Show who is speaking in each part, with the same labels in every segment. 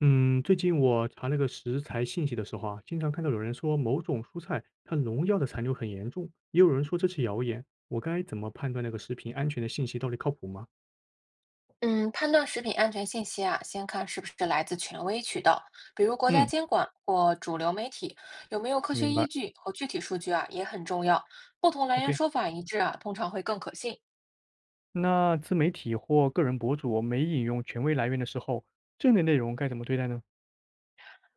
Speaker 1: 嗯，最近我查那个食材信息的时候啊，经常看到有人说某种蔬菜它农药的残留很严重，也有人说这是谣言。我该怎么判断那个食品安全的信息到底靠谱吗？
Speaker 2: 嗯，判断食品安全信息啊，先看是不是来自权威渠道，比如国家
Speaker 1: 嗯，
Speaker 2: 监管或主流媒体，有没有科学
Speaker 1: 明
Speaker 2: 依
Speaker 1: 白。
Speaker 2: 据和具体数据啊，也很重要。不同来源
Speaker 1: OK，
Speaker 2: 说法一致啊，通常会更可信。
Speaker 1: 那自媒体或个人博主没引用权威来源的时候，这类内容该怎么对待呢？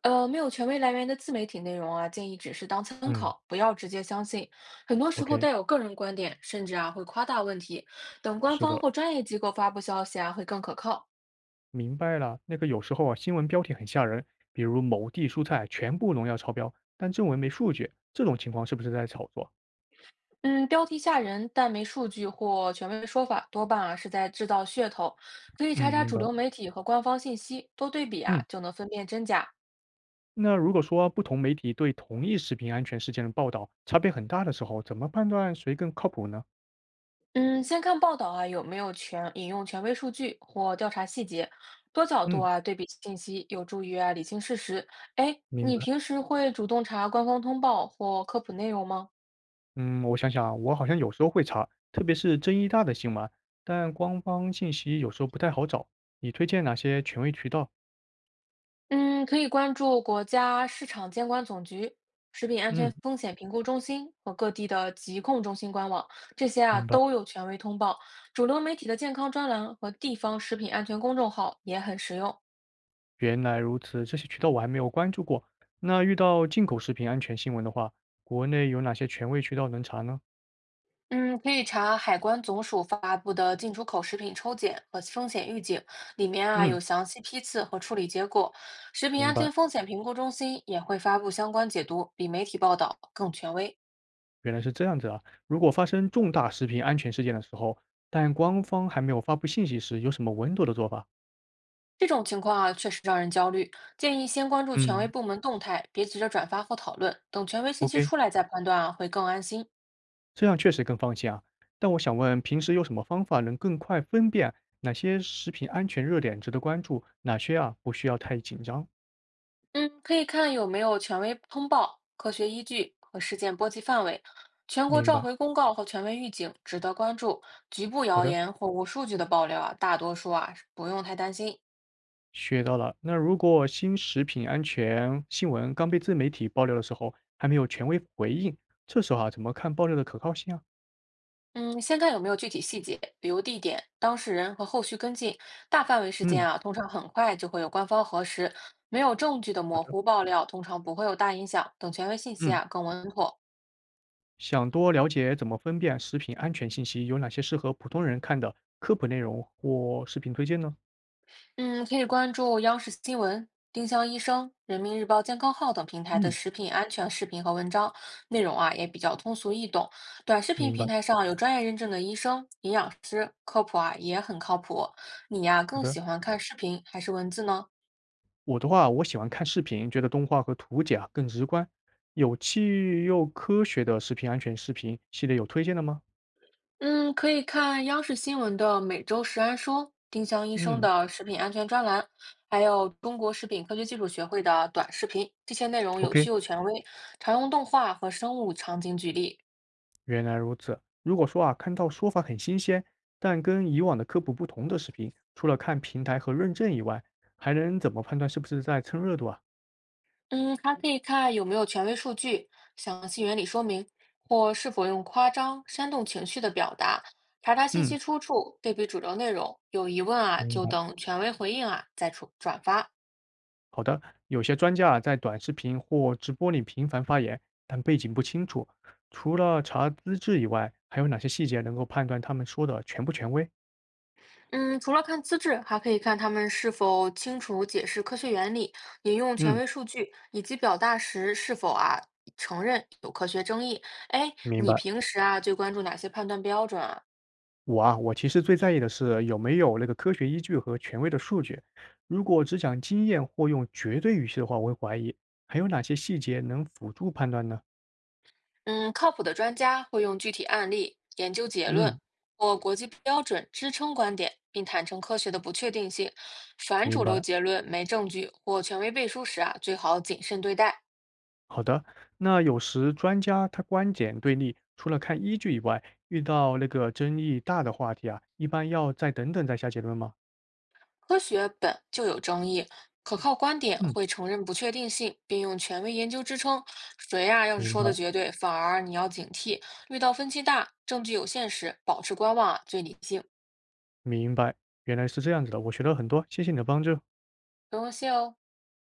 Speaker 2: 没有权威来源的自媒体内容啊，建议只是当参
Speaker 1: 嗯，
Speaker 2: 考，不要直接相信。很多时候
Speaker 1: ？OK，
Speaker 2: 带有个人观点，甚至啊会夸大问题。等官
Speaker 1: 是
Speaker 2: 方
Speaker 1: 的，
Speaker 2: 或专业机构发布消息啊，会更可靠。
Speaker 1: 明白了。那个有时候啊，新闻标题很吓人，比如某地蔬菜全部农药超标，但正文没数据，这种情况是不是在炒作？
Speaker 2: 嗯，标题吓人，但没数据或权威说法，多半啊是在制造噱头。可以查
Speaker 1: 嗯，
Speaker 2: 查
Speaker 1: 明
Speaker 2: 主
Speaker 1: 白。
Speaker 2: 流媒体和官方信息，多对比啊，
Speaker 1: 嗯，
Speaker 2: 就能分辨真假。
Speaker 1: 那如果说不同媒体对同一食品安全事件的报道差别很大的时候，怎么判断谁更靠谱呢？
Speaker 2: 嗯，先看报道啊有没有权引用权威数据或调查细节，多角度
Speaker 1: 嗯，
Speaker 2: 啊对比信息，有助于啊理清事实。哎，
Speaker 1: 明
Speaker 2: 你
Speaker 1: 白。
Speaker 2: 平时会主动查官方通报或科普内容吗？
Speaker 1: 嗯，我想想啊，我好像有时候会查，特别是争议大的新闻，但官方信息有时候不太好找。你推荐哪些权威渠道？
Speaker 2: 嗯，可以关注国家市场监管总局、食品安
Speaker 1: 嗯，
Speaker 2: 全风险评估中心和各地的疾控中心官网，这些啊
Speaker 1: 明白。
Speaker 2: 都有权威通报。主流媒体的健康专栏和地方食品安全公众号也很实用。
Speaker 1: 原来如此，这些渠道我还没有关注过。那遇到进口食品安全新闻的话，国内有哪些权威渠道能查呢？
Speaker 2: 嗯，可以查海关总署发布的进出口食品抽检和风险预警，里面啊
Speaker 1: 嗯，
Speaker 2: 有详细批次和处理结果。食品
Speaker 1: 明
Speaker 2: 安
Speaker 1: 白。
Speaker 2: 全风险评估中心也会发布相关解读，比媒体报道更权威。
Speaker 1: 原来是这样子啊！如果发生重大食品安全事件的时候，但官方还没有发布信息时，有什么稳妥的做法？
Speaker 2: 这种情况啊，确实让人焦虑。建议先关注权威
Speaker 1: 嗯，
Speaker 2: 部门动态，别急着转发或讨论，等权威信息
Speaker 1: OK，
Speaker 2: 出来再判断啊，会更安心。
Speaker 1: 这样确实更放心啊。但我想问，平时有什么方法能更快分辨哪些食品安全热点值得关注，哪些啊不需要太紧张？
Speaker 2: 嗯，可以看有没有权威通报、科学依据和事件波及范围。全国
Speaker 1: 明
Speaker 2: 召
Speaker 1: 白，
Speaker 2: 回公告和权威预警值得关注，局部
Speaker 1: 好
Speaker 2: 谣
Speaker 1: 的，
Speaker 2: 言或无数据的爆料啊，大多数啊不用太担心。
Speaker 1: 学到了。那如果新食品安全新闻刚被自媒体爆料的时候，还没有权威回应，这时候啊怎么看爆料的可靠性啊？
Speaker 2: 嗯，先看有没有具体细节，比如地点、当事人和后续跟进。大范围事
Speaker 1: 嗯，
Speaker 2: 件啊，通常很快就会有官方核实，没有证据的
Speaker 1: 好
Speaker 2: 模
Speaker 1: 的，
Speaker 2: 糊爆料，通常不会有大影响。等权威信息
Speaker 1: 嗯。
Speaker 2: 啊更稳妥。
Speaker 1: 想多了解怎么分辨食品安全信息，有哪些适合普通人看的科普内容或视频推荐呢？
Speaker 2: 嗯，可以关注央视新闻、丁香医生、人民日报健康号等平台的
Speaker 1: 嗯，
Speaker 2: 食品安全视频和文章，内容啊也比较通俗易懂。短视频
Speaker 1: 明白，
Speaker 2: 平台上有专业认证的医生、营养师，科普啊也很靠谱。你呀、
Speaker 1: 好
Speaker 2: 更
Speaker 1: 的。
Speaker 2: 喜欢看视频还是文字呢？
Speaker 1: 我的话，我喜欢看视频，觉得动画和图解啊更直观。有趣又科学的食品安全视频系列有推荐的吗？
Speaker 2: 嗯，可以看央视新闻的《每周食安说》、丁香医生
Speaker 1: 嗯
Speaker 2: 的食品安全专栏，还有中国食品科学技术学会的短视频，这些内容有
Speaker 1: ，OK，
Speaker 2: 趣又权威，常用动画和生物场景举例。
Speaker 1: 原来如此。如果说啊，看到说法很新鲜，但跟以往的科普不同的视频，除了看平台和认证以外，还能怎么判断是不是在蹭热度啊？
Speaker 2: 嗯，还可以看有没有权威数据、详细原理说明，或是否用夸张、煽动情绪的表达。查查信
Speaker 1: 嗯，
Speaker 2: 息出处，对比主流内容，有疑问啊
Speaker 1: 明
Speaker 2: 就
Speaker 1: 白。
Speaker 2: 等权威回应啊再出转发。
Speaker 1: 好的，有些专家啊在短视频或直播里频繁发言，但背景不清楚。除了查资质以外，还有哪些细节能够判断他们说的权不权威？
Speaker 2: 嗯，除了看资质，还可以看他们是否清楚解释科学原理、引用权
Speaker 1: 嗯，
Speaker 2: 威数据，以及表达时是否啊承认有科学争议。哎，
Speaker 1: 明
Speaker 2: 你
Speaker 1: 白。
Speaker 2: 平时啊最关注哪些判断标准啊？
Speaker 1: 我啊，我其实最在意的是有没有那个科学依据和权威的数据。如果只讲经验或用绝对语气的话，我会怀疑。还有哪些细节能辅助判断呢？
Speaker 2: 嗯，靠谱的专家会用具体案例、研究结论
Speaker 1: 嗯，
Speaker 2: 或国际标准支撑观点，并坦诚科学的不确定性。反
Speaker 1: 明
Speaker 2: 主流
Speaker 1: 白。
Speaker 2: 结论、没证据或权威背书时啊，最好谨慎对待。
Speaker 1: 好的，那有时专家他观点对立，除了看依据以外，遇到那个争议大的话题啊，一般要再等等再下结论吗？
Speaker 2: 科学本就有争议，可靠观点
Speaker 1: 嗯，
Speaker 2: 会承认不确定性，并用权威研究支撑。谁呀、要是
Speaker 1: 明
Speaker 2: 说的
Speaker 1: 白，
Speaker 2: 绝对，反而你要警惕。遇到分歧大、证据有限时，保持观望啊，最理性。
Speaker 1: 明白，原来是这样子的，我学了很多，谢谢你的帮助。
Speaker 2: 不用谢哦。